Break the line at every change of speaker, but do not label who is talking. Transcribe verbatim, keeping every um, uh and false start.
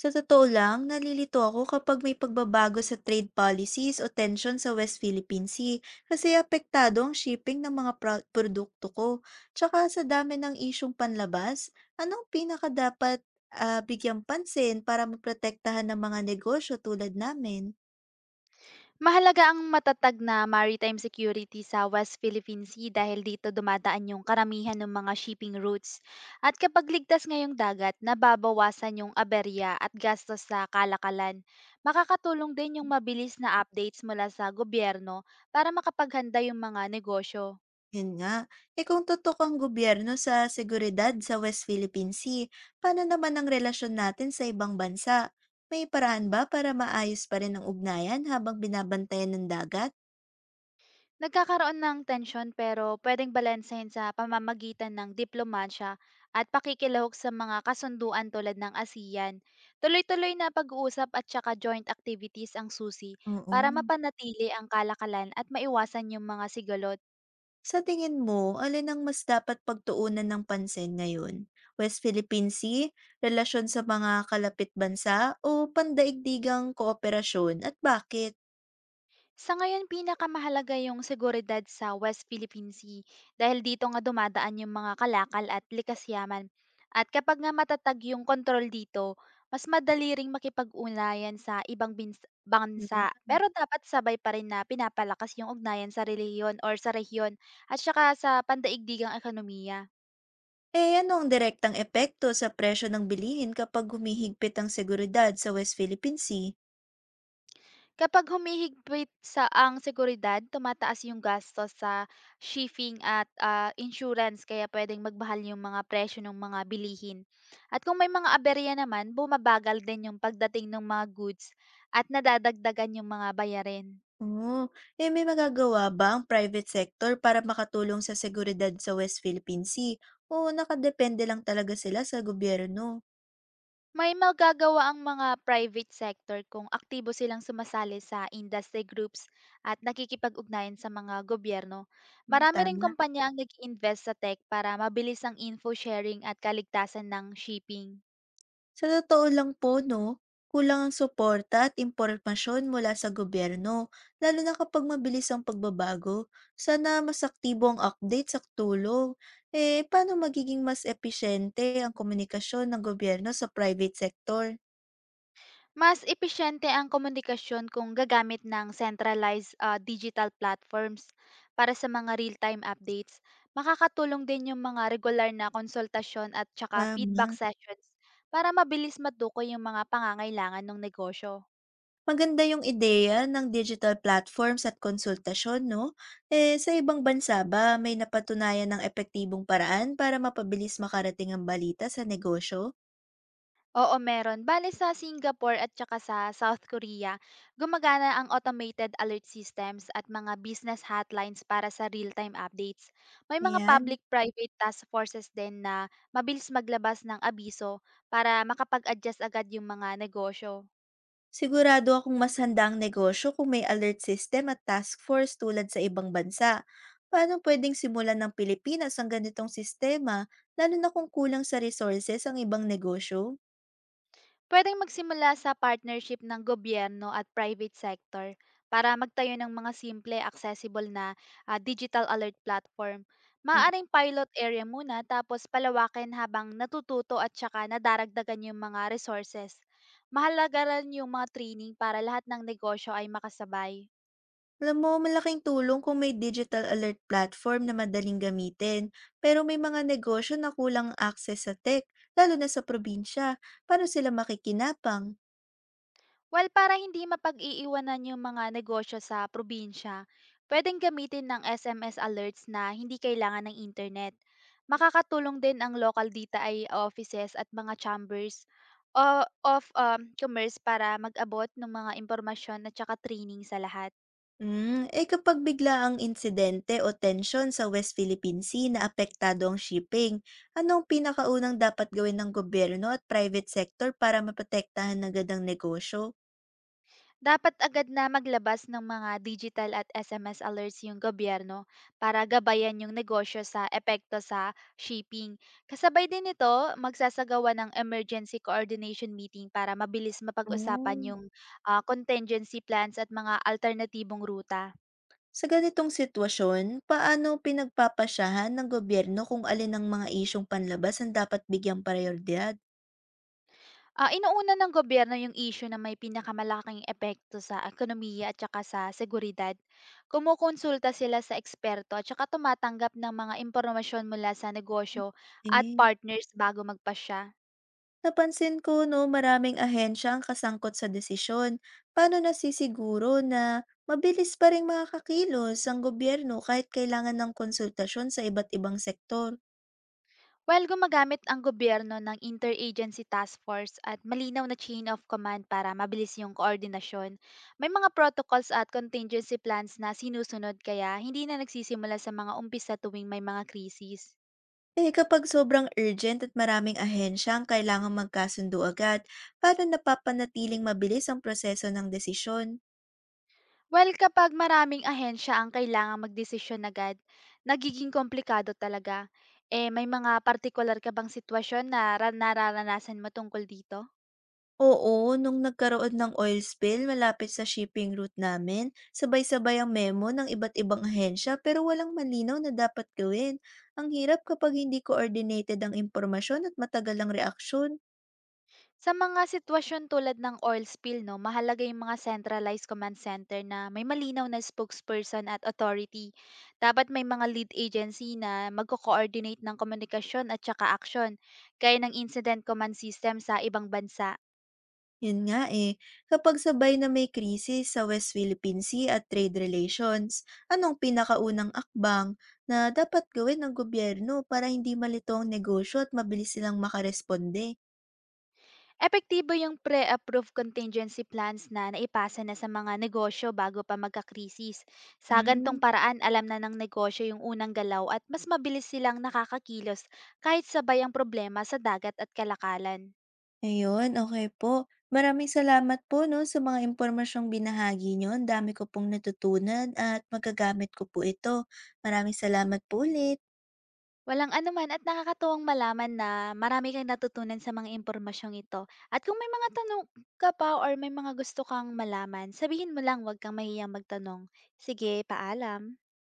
Sa totoo lang, nalilito ako kapag may pagbabago sa trade policies o tension sa West Philippine Sea, kasi apektado ang shipping ng mga pro- produkto ko. Tsaka sa dami ng isyung panlabas, anong pinaka dapat ah, bigyang pansin para maprotektahan ng mga negosyo tulad namin?
Mahalaga ang matatag na maritime security sa West Philippine Sea dahil dito dumadaan yung karamihan ng mga shipping routes. At kapag ligtas ngayong dagat, nababawasan yung aberya at gastos sa kalakalan. Makakatulong din yung mabilis na updates mula sa gobyerno para makapaghanda yung mga negosyo.
Yun nga. Eh kung tutok ang gobyerno sa seguridad sa West Philippine Sea, paano naman ang relasyon natin sa ibang bansa? May paraan ba para maayos pa rin ang ugnayan habang binabantayan ng dagat?
Nagkakaroon ng tensyon pero puwedeng balansehin sa pamamagitan ng diplomasya at pakikilahok sa mga kasunduan tulad ng ASEAN. Tuloy-tuloy na pag-uusap at saka joint activities ang susi
Oo.
para mapanatili ang kalakalan at maiwasan yung mga sigolot.
Sa tingin mo, alin ang mas dapat pagtuunan ng pansin ngayon? West Philippine Sea, relasyon sa mga kalapit bansa, o pandaigdigang kooperasyon, at bakit?
Sa ngayon, pinakamahalaga yung seguridad sa West Philippine Sea dahil dito nga dumadaan yung mga kalakal at likas yaman. At kapag nga matatag yung kontrol dito, mas madali ring makipag-ugnayan sa ibang bins-
Yun.
bansa. Pero dapat sabay pa rin na pinapalakas yung ugnayan sa reliyon or sa rehiyon at saka sa pandaigdigang ekonomiya.
Eh ano ang direktang epekto sa presyo ng bilihin kapag humihigpit ang seguridad sa West Philippine Sea?
Kapag humihigpit sa ang seguridad, tumataas yung gastos sa shipping at ah, insurance, kaya pwedeng magmahal yung mga presyo ng mga bilihin. At kung may mga aberya naman, bumabagal din yung pagdating ng mga goods at nadadagdagan yung mga bayarin.
Oh, eh may magagawa ba ang private sector para makatulong sa seguridad sa West Philippine Sea? O nakadepende lang talaga sila sa gobyerno?
May magagawa ang mga private sector kung aktibo silang sumasali sa industry groups at nakikipag-ugnayan sa mga gobyerno.
Hmm,
Marami ring
tama.
kumpanya ang nag-invest sa tech para mabilis ang info sharing at kaligtasan ng shipping.
Sa totoo lang po, no, kulang ang suporta at impormasyon mula sa gobyerno, lalo na kapag mabilis ang pagbabago. Sana mas aktibo ang update sa tulong. Eh, paano magiging mas epesyente ang komunikasyon ng gobyerno sa private sector?
Mas epesyente ang komunikasyon kung gagamit ng centralized ah, digital platforms para sa mga real-time updates. Makakatulong din yung mga regular na konsultasyon at tsaka feedback
Tama.
sessions para mabilis matukoy yung mga pangangailangan ng negosyo.
Maganda yung ideya ng digital platforms at konsultasyon, no? Eh, sa ibang bansa ba may napatunayan ng epektibong paraan para mapabilis makarating ang balita sa negosyo?
Oo, meron. Bale sa Singapore at saka sa South Korea, gumagana ang automated alert systems at mga business hotlines para sa real-time updates. May mga
Ayan.
public-private task forces din na mabilis maglabas ng abiso para makapag-adjust agad yung mga negosyo.
Sigurado akong mas handa ang negosyo kung may alert system at task force tulad sa ibang bansa. Paano pwedeng simulan ng Pilipinas ang ganitong sistema, lalo na kung kulang sa resources ang ibang negosyo?
Puwedeng magsimula sa partnership ng gobyerno at private sector para magtayo ng mga simple, accessible na ah, digital alert platform.
Mm.
Maaring pilot area muna, tapos palawakin habang natututo at saka nadaragdagan yung mga resources. Mahalaga rin yung mga training para lahat ng negosyo ay makasabay.
Alam mo, malaking tulong kung may digital alert platform na madaling gamitin, pero may mga negosyo na kulang ang access sa tech, lalo na sa probinsya, paano sila makikinapang?
Well, para hindi mapag-iiwanan yung mga negosyo sa probinsya, pwedeng gamitin ng S M S alerts na hindi kailangan ng internet. Makakatulong din ang local D T I offices at mga chambers o- of um, commerce para mag-abot ng mga impormasyon at saka training sa lahat.
Hmm, eh kapag bigla ang insidente o tensyon sa West Philippine Sea na apektado ang shipping, anong pinakaunang dapat gawin ng gobyerno at private sector para maprotektahan agad ang negosyo?
Dapat agad na maglabas ng mga digital at S M S alerts yung gobyerno para gabayan yung negosyo sa epekto sa shipping. Kasabay din nito, magsasagawa ng emergency coordination meeting para mabilis mapag-usapan
Mm.
yung ah, contingency plans at mga alternatibong ruta.
Sa ganitong sitwasyon, paano pinagpapasyahan ng gobyerno kung alin ang mga isyong panlabas ang dapat bigyang prioridad?
Ah, inuuna ng gobyerno yung isyu na may pinakamalaking epekto sa ekonomiya at saka sa seguridad. Kumukonsulta sila sa eksperto at saka tumatanggap ng mga impormasyon mula sa negosyo at partners bago magpasya.
Napansin ko, no, maraming ahensya ang kasangkot sa desisyon. Paano nasisiguro na mabilis pa rin makakakilos ang gobyerno kahit kailangan ng konsultasyon sa iba't ibang sektor?
While gumagamit ang gobyerno ng interagency task force at malinaw na chain of command para mabilis yung koordinasyon, may mga protocols at contingency plans na sinusunod, kaya hindi na nagsisimula sa mga umpisa tuwing may mga krisis.
Eh kapag sobrang urgent at maraming ahensya ang kailangan magkasundo agad, paano napapanatiling mabilis ang proseso ng desisyon?
Well, kapag maraming ahensya ang kailangan magdesisyon agad, nagiging komplikado talaga. Eh, may mga particular ka bang sitwasyon na ra- nararanasan mo tungkol dito?
Oo, nung nagkaroon ng oil spill malapit sa shipping route namin, sabay-sabay ang memo ng iba't ibang ahensya pero walang malinaw na dapat gawin. Ang hirap kapag hindi coordinated ang impormasyon at matagal ang reaksyon.
Sa mga sitwasyon tulad ng oil spill, no, mahalaga yung mga centralized command center na may malinaw na spokesperson at authority. Dapat may mga lead agency na magko-coordinate ng komunikasyon at saka aksyon, gaya ng incident command system sa ibang bansa.
Yun nga eh, kapag sabay na may krisis sa West Philippine Sea at trade relations, anong pinakaunang akbang na dapat gawin ng gobyerno para hindi malito ang negosyo at mabilis silang makaresponde?
Epektibo yung pre-approved contingency plans na naipasa na sa mga negosyo bago pa magkakrisis. Sa gantong
Hmm.
paraan, alam na ng negosyo yung unang galaw at mas mabilis silang nakakakilos kahit sabay ang problema sa dagat at kalakalan.
Ayun, okay po. Maraming salamat po 'no, sa mga impormasyong binahagi niyo. Ang dami ko pong natutunan at magagamit ko po ito. Maraming salamat po ulit.
Walang anuman, at nakakatuwang malaman na marami kang natutunan sa mga impormasyong ito. At kung may mga tanong ka pa or may mga gusto kang malaman, sabihin mo lang, huwag kang mahiyang magtanong. Sige, paalam.